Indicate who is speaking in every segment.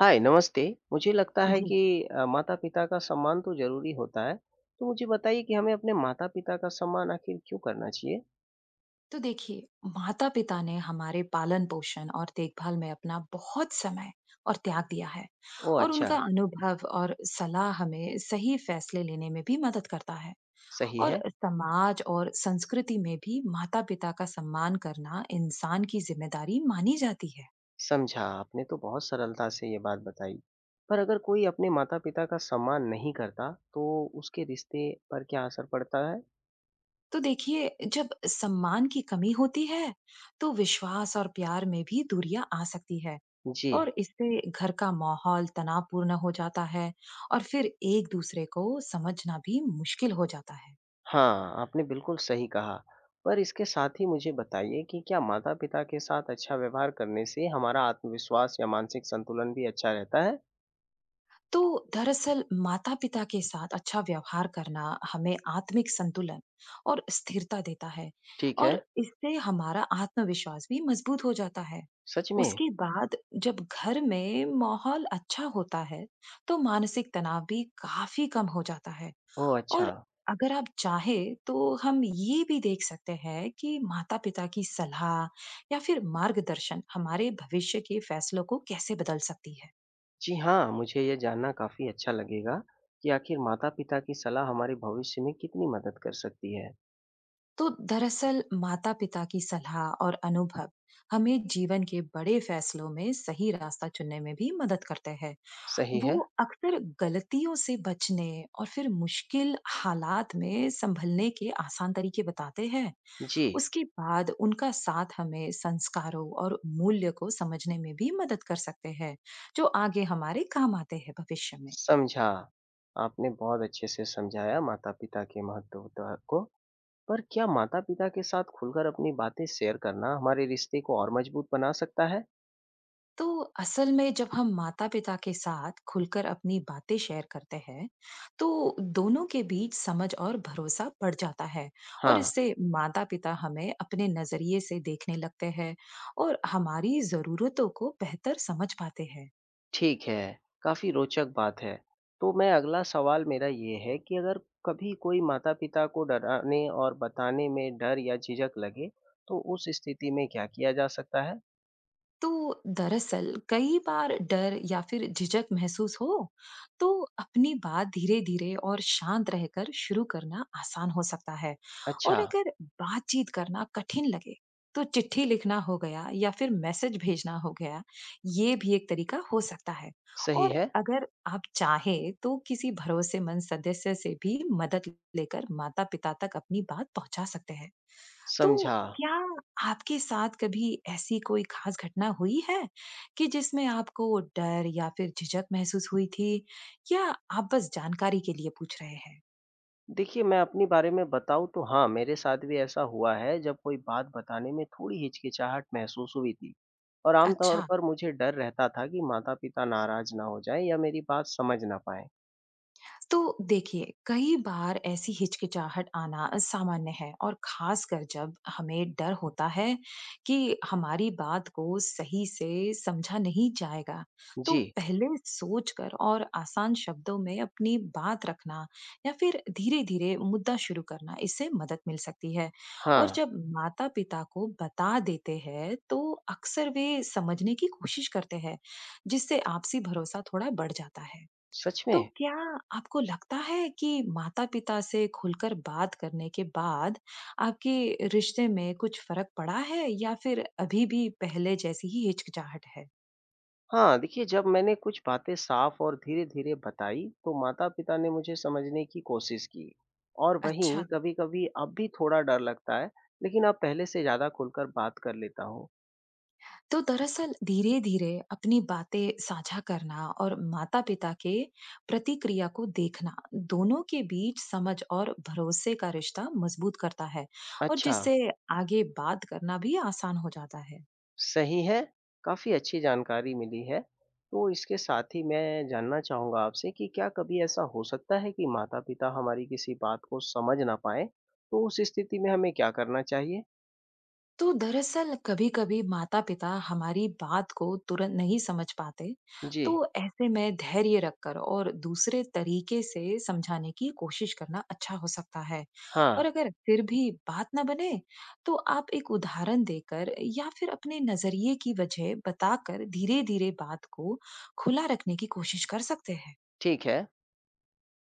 Speaker 1: हाय, नमस्ते। मुझे लगता है
Speaker 2: जी।
Speaker 1: कि माता-पिता का सम्मान तो ज़रूरी होता है। तो मुझे बताइए कि हमें अपने माता-पिता का सम्मान आखिर क्यों करना चाहिए?
Speaker 2: तो देखिए, माता पिता ने हमारे पालन पोषण और देखभाल में अपना बहुत समय और त्याग दिया है।
Speaker 1: ओह!
Speaker 2: और
Speaker 1: अच्छा,
Speaker 2: उनका अनुभव और सलाह हमें सही फैसले लेने में भी मदद करता है।
Speaker 1: सही
Speaker 2: और
Speaker 1: है।
Speaker 2: समाज और संस्कृति में भी माता पिता का सम्मान करना इंसान की जिम्मेदारी मानी जाती है।
Speaker 1: समझा, आपने तो बहुत सरलता से ये बात बताई। पर अगर कोई अपने माता-पिता का सम्मान नहीं करता, तो उसके रिश्ते पर क्या असर पड़ता है?
Speaker 2: तो देखिए, जब सम्मान की कमी होती है, तो विश्वास और प्यार में भी दूरियां आ सकती है।
Speaker 1: जी।
Speaker 2: और इससे घर का माहौल तनावपूर्ण हो जाता है। और फिर एक दूसरे को समझना भी मुश्किल हो जाता है।
Speaker 1: हाँ, आपने बिल्कुल सही कहा। पर इसके साथ ही मुझे बताइए कि क्या माता-पिता के साथ अच्छा व्यवहार करने से हमारा आत्मविश्वास या मानसिक संतुलन भी अच्छा रहता है?
Speaker 2: तो दरअसल माता पिता के साथ अच्छा व्यवहार करना हमें आत्मिक संतुलन और स्थिरता देता है।
Speaker 1: ठीक
Speaker 2: और
Speaker 1: है।
Speaker 2: इससे हमारा आत्मविश्वास भी मजबूत हो जाता है।
Speaker 1: सच में?
Speaker 2: उसके बाद जब घर में माहौल अच्छा होता है, तो मानसिक तनाव भी काफी कम हो जाता है।
Speaker 1: ओह! अच्छा।
Speaker 2: और अगर आप चाहे तो हम ये भी देख सकते हैं कि माता-पिता की सलाह या फिर मार्गदर्शन हमारे भविष्य के फैसलों को कैसे बदल सकती है।
Speaker 1: जी हाँ, मुझे ये जानना काफ़ी अच्छा लगेगा कि आखिर माता-पिता की सलाह हमारे भविष्य में कितनी मदद कर सकती है।
Speaker 2: तो दरअसल माता-पिता की सलाह और अनुभव हमें जीवन के बड़े फैसलों में सही रास्ता चुनने में भी मदद करते हैं।
Speaker 1: सही
Speaker 2: वो
Speaker 1: है।
Speaker 2: अक्सर गलतियों से बचने और फिर मुश्किल हालात में संभलने के आसान तरीके बताते हैं।
Speaker 1: जी,
Speaker 2: उसके बाद उनका साथ हमें संस्कारों और मूल्य को समझने में भी मदद कर सकते हैं, जो आगे हमारे काम आते हैं भविष्य में।
Speaker 1: समझा। आपने बहुत अच्छे से समझाया माता-पिता के महत्व त को। पर क्या माता-पिता के साथ खुलकर अपनी बातें शेयर करना हमारे रिश्ते को और मजबूत बना सकता है?
Speaker 2: तो असल में जब हम माता पिता के साथ खुलकर अपनी बातें शेयर करते हैं, तो दोनों के बीच समझ और भरोसा बढ़ जाता है। और
Speaker 1: हाँ।
Speaker 2: इससे माता पिता हमें अपने नजरिए से देखने लगते हैं और हमारी जरूरतों को बेहतर समझ पाते हैं।
Speaker 1: ठीक है, काफ़ी रोचक बात है। तो मैं अगला सवाल मेरा ये है कि अगर कभी कोई माता-पिता को डराने और बताने में डर या झिझक लगे, तो उस स्थिति में क्या किया जा सकता है?
Speaker 2: तो दरअसल कई बार डर या फिर झिझक महसूस हो, तो अपनी बात धीरे धीरे और शांत रहकर शुरू करना आसान हो सकता है।
Speaker 1: अच्छा,
Speaker 2: और अगर बातचीत करना कठिन लगे, तो चिट्ठी लिखना हो गया या फिर मैसेज भेजना हो गया, ये भी एक तरीका हो सकता है।
Speaker 1: सही
Speaker 2: और
Speaker 1: है,
Speaker 2: अगर आप चाहे तो किसी भरोसेमंद सदस्य से भी मदद लेकर माता पिता तक अपनी बात पहुंचा सकते हैं। तो
Speaker 1: समझा।
Speaker 2: क्या आपके साथ कभी ऐसी कोई खास घटना हुई है कि जिसमें आपको डर या फिर झिझक महसूस हुई थी, या आप बस जानकारी के लिए पूछ रहे हैं?
Speaker 1: देखिए मैं अपने बारे में बताऊँ तो हाँ, मेरे साथ भी ऐसा हुआ है जब कोई बात बताने में थोड़ी हिचकिचाहट महसूस हुई थी। और आम तौर
Speaker 2: अच्छा।
Speaker 1: पर मुझे डर रहता था कि माता-पिता नाराज़ ना हो जाएँ या मेरी बात समझ ना पाएँ।
Speaker 2: तो देखिए, कई बार ऐसी हिचकिचाहट आना सामान्य है, और खासकर जब हमें डर होता है कि हमारी बात को सही से समझा नहीं जाएगा। तो
Speaker 1: जी,
Speaker 2: पहले सोचकर और आसान शब्दों में अपनी बात रखना या फिर धीरे-धीरे मुद्दा शुरू करना, इससे मदद मिल सकती है। और
Speaker 1: हाँ,
Speaker 2: जब माता-पिता को बता देते हैं, तो अक्सर वे समझने की कोशिश करते हैं, जिससे आपसी भरोसा थोड़ा बढ़ जाता है।
Speaker 1: सच
Speaker 2: तो
Speaker 1: में?
Speaker 2: क्या आपको लगता है कि माता-पिता से खुलकर बात करने के बाद आपके रिश्ते में कुछ फ़र्क पड़ा है, या फिर अभी भी पहले जैसी ही हिचकिचाहट है?
Speaker 1: हाँ, देखिए जब मैंने कुछ बातें साफ और धीरे-धीरे बताई, तो माता-पिता ने मुझे समझने की कोशिश की। और
Speaker 2: अच्छा।
Speaker 1: वहीं कभी-कभी अब भी थोड़ा डर लगता है, लेकिन अब पहले से ज़्यादा खुलकर बात कर लेता हूँ।
Speaker 2: तो दरअसल धीरे-धीरे अपनी बातें साझा करना और माता-पिता के प्रतिक्रिया को देखना, दोनों के बीच समझ और भरोसे का रिश्ता मज़बूत करता है। और
Speaker 1: अच्छा,
Speaker 2: जिससे आगे बात करना भी आसान हो जाता है।
Speaker 1: सही है। काफ़ी अच्छी जानकारी मिली है। तो इसके साथ ही मैं जानना चाहूँगा आपसे कि क्या कभी ऐसा हो सकता है कि माता-पिता हमारी किसी बात को समझ ना पाएँ? तो उस स्थिति में हमें क्या करना चाहिए?
Speaker 2: तो दरअसल कभी-कभी माता-पिता हमारी बात को तुरंत नहीं समझ पाते,
Speaker 1: जी,
Speaker 2: तो ऐसे में धैर्य रखकर और दूसरे तरीके से समझाने की कोशिश करना अच्छा हो सकता है।
Speaker 1: हाँ,
Speaker 2: और अगर फिर भी बात ना बने, तो आप एक उदाहरण देकर या फिर अपने नजरिए की वजह बताकर धीरे-धीरे बात को खुला रखने की कोशिश कर सकते हैं।
Speaker 1: ठीक है।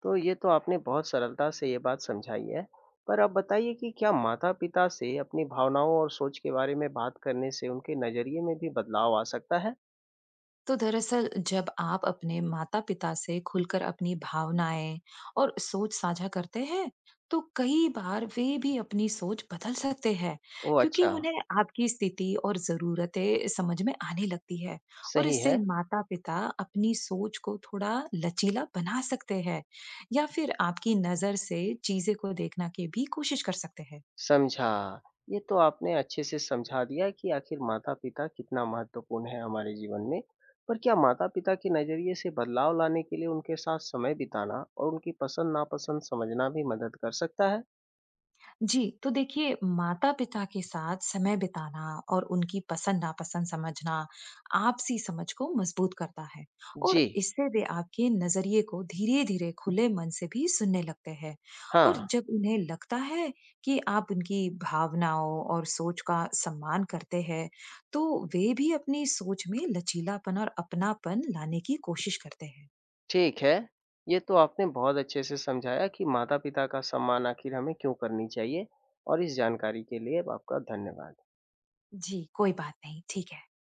Speaker 1: तो ये तो आपने बहुत सरलता से ये बात समझाई है। पर आप बताइए कि क्या माता-पिता से अपनी भावनाओं और सोच के बारे में बात करने से उनके नज़रिए में भी बदलाव आ सकता है?
Speaker 2: तो दरअसल जब आप अपने माता पिता से खुलकर अपनी भावनाएं और सोच साझा करते हैं, तो कई बार वे भी अपनी सोच बदल सकते हैं,
Speaker 1: ओह!
Speaker 2: क्योंकि
Speaker 1: अच्छा,
Speaker 2: उन्हें आपकी स्थिति और जरूरतें समझ में आने लगती है। और
Speaker 1: सही
Speaker 2: इससे
Speaker 1: है,
Speaker 2: माता पिता अपनी सोच को थोड़ा लचीला बना सकते हैं या फिर आपकी नजर से चीजें को देखना की भी कोशिश कर सकते हैं।
Speaker 1: समझा। ये तो आपने अच्छे से समझा दिया कि आखिर माता-पिता कितना महत्वपूर्ण है हमारे जीवन में। पर क्या माता-पिता के नज़रिए से बदलाव लाने के लिए उनके साथ समय बिताना और उनकी पसंद-नापसंद समझना भी मदद कर सकता है?
Speaker 2: जी, तो देखिए, माता-पिता के साथ समय बिताना और उनकी पसंद-नापसंद समझना आपसी समझ को मजबूत करता है। और
Speaker 1: जी,
Speaker 2: इससे वे आपके नजरिए को धीरे-धीरे खुले मन से भी सुनने लगते हैं। और
Speaker 1: हाँ।
Speaker 2: जब उन्हें लगता है कि आप उनकी भावनाओं और सोच का सम्मान करते हैं, तो वे भी अपनी सोच में लचीलापन और अपनापन लाने की कोशिश करते हैं।
Speaker 1: ठीक है, ये तो आपने बहुत अच्छे से समझाया कि माता-पिता का सम्मान आखिर हमें क्यों करनी चाहिए और इस जानकारी के लिए आपका धन्यवाद।
Speaker 2: जी, कोई बात नहीं, ठीक है।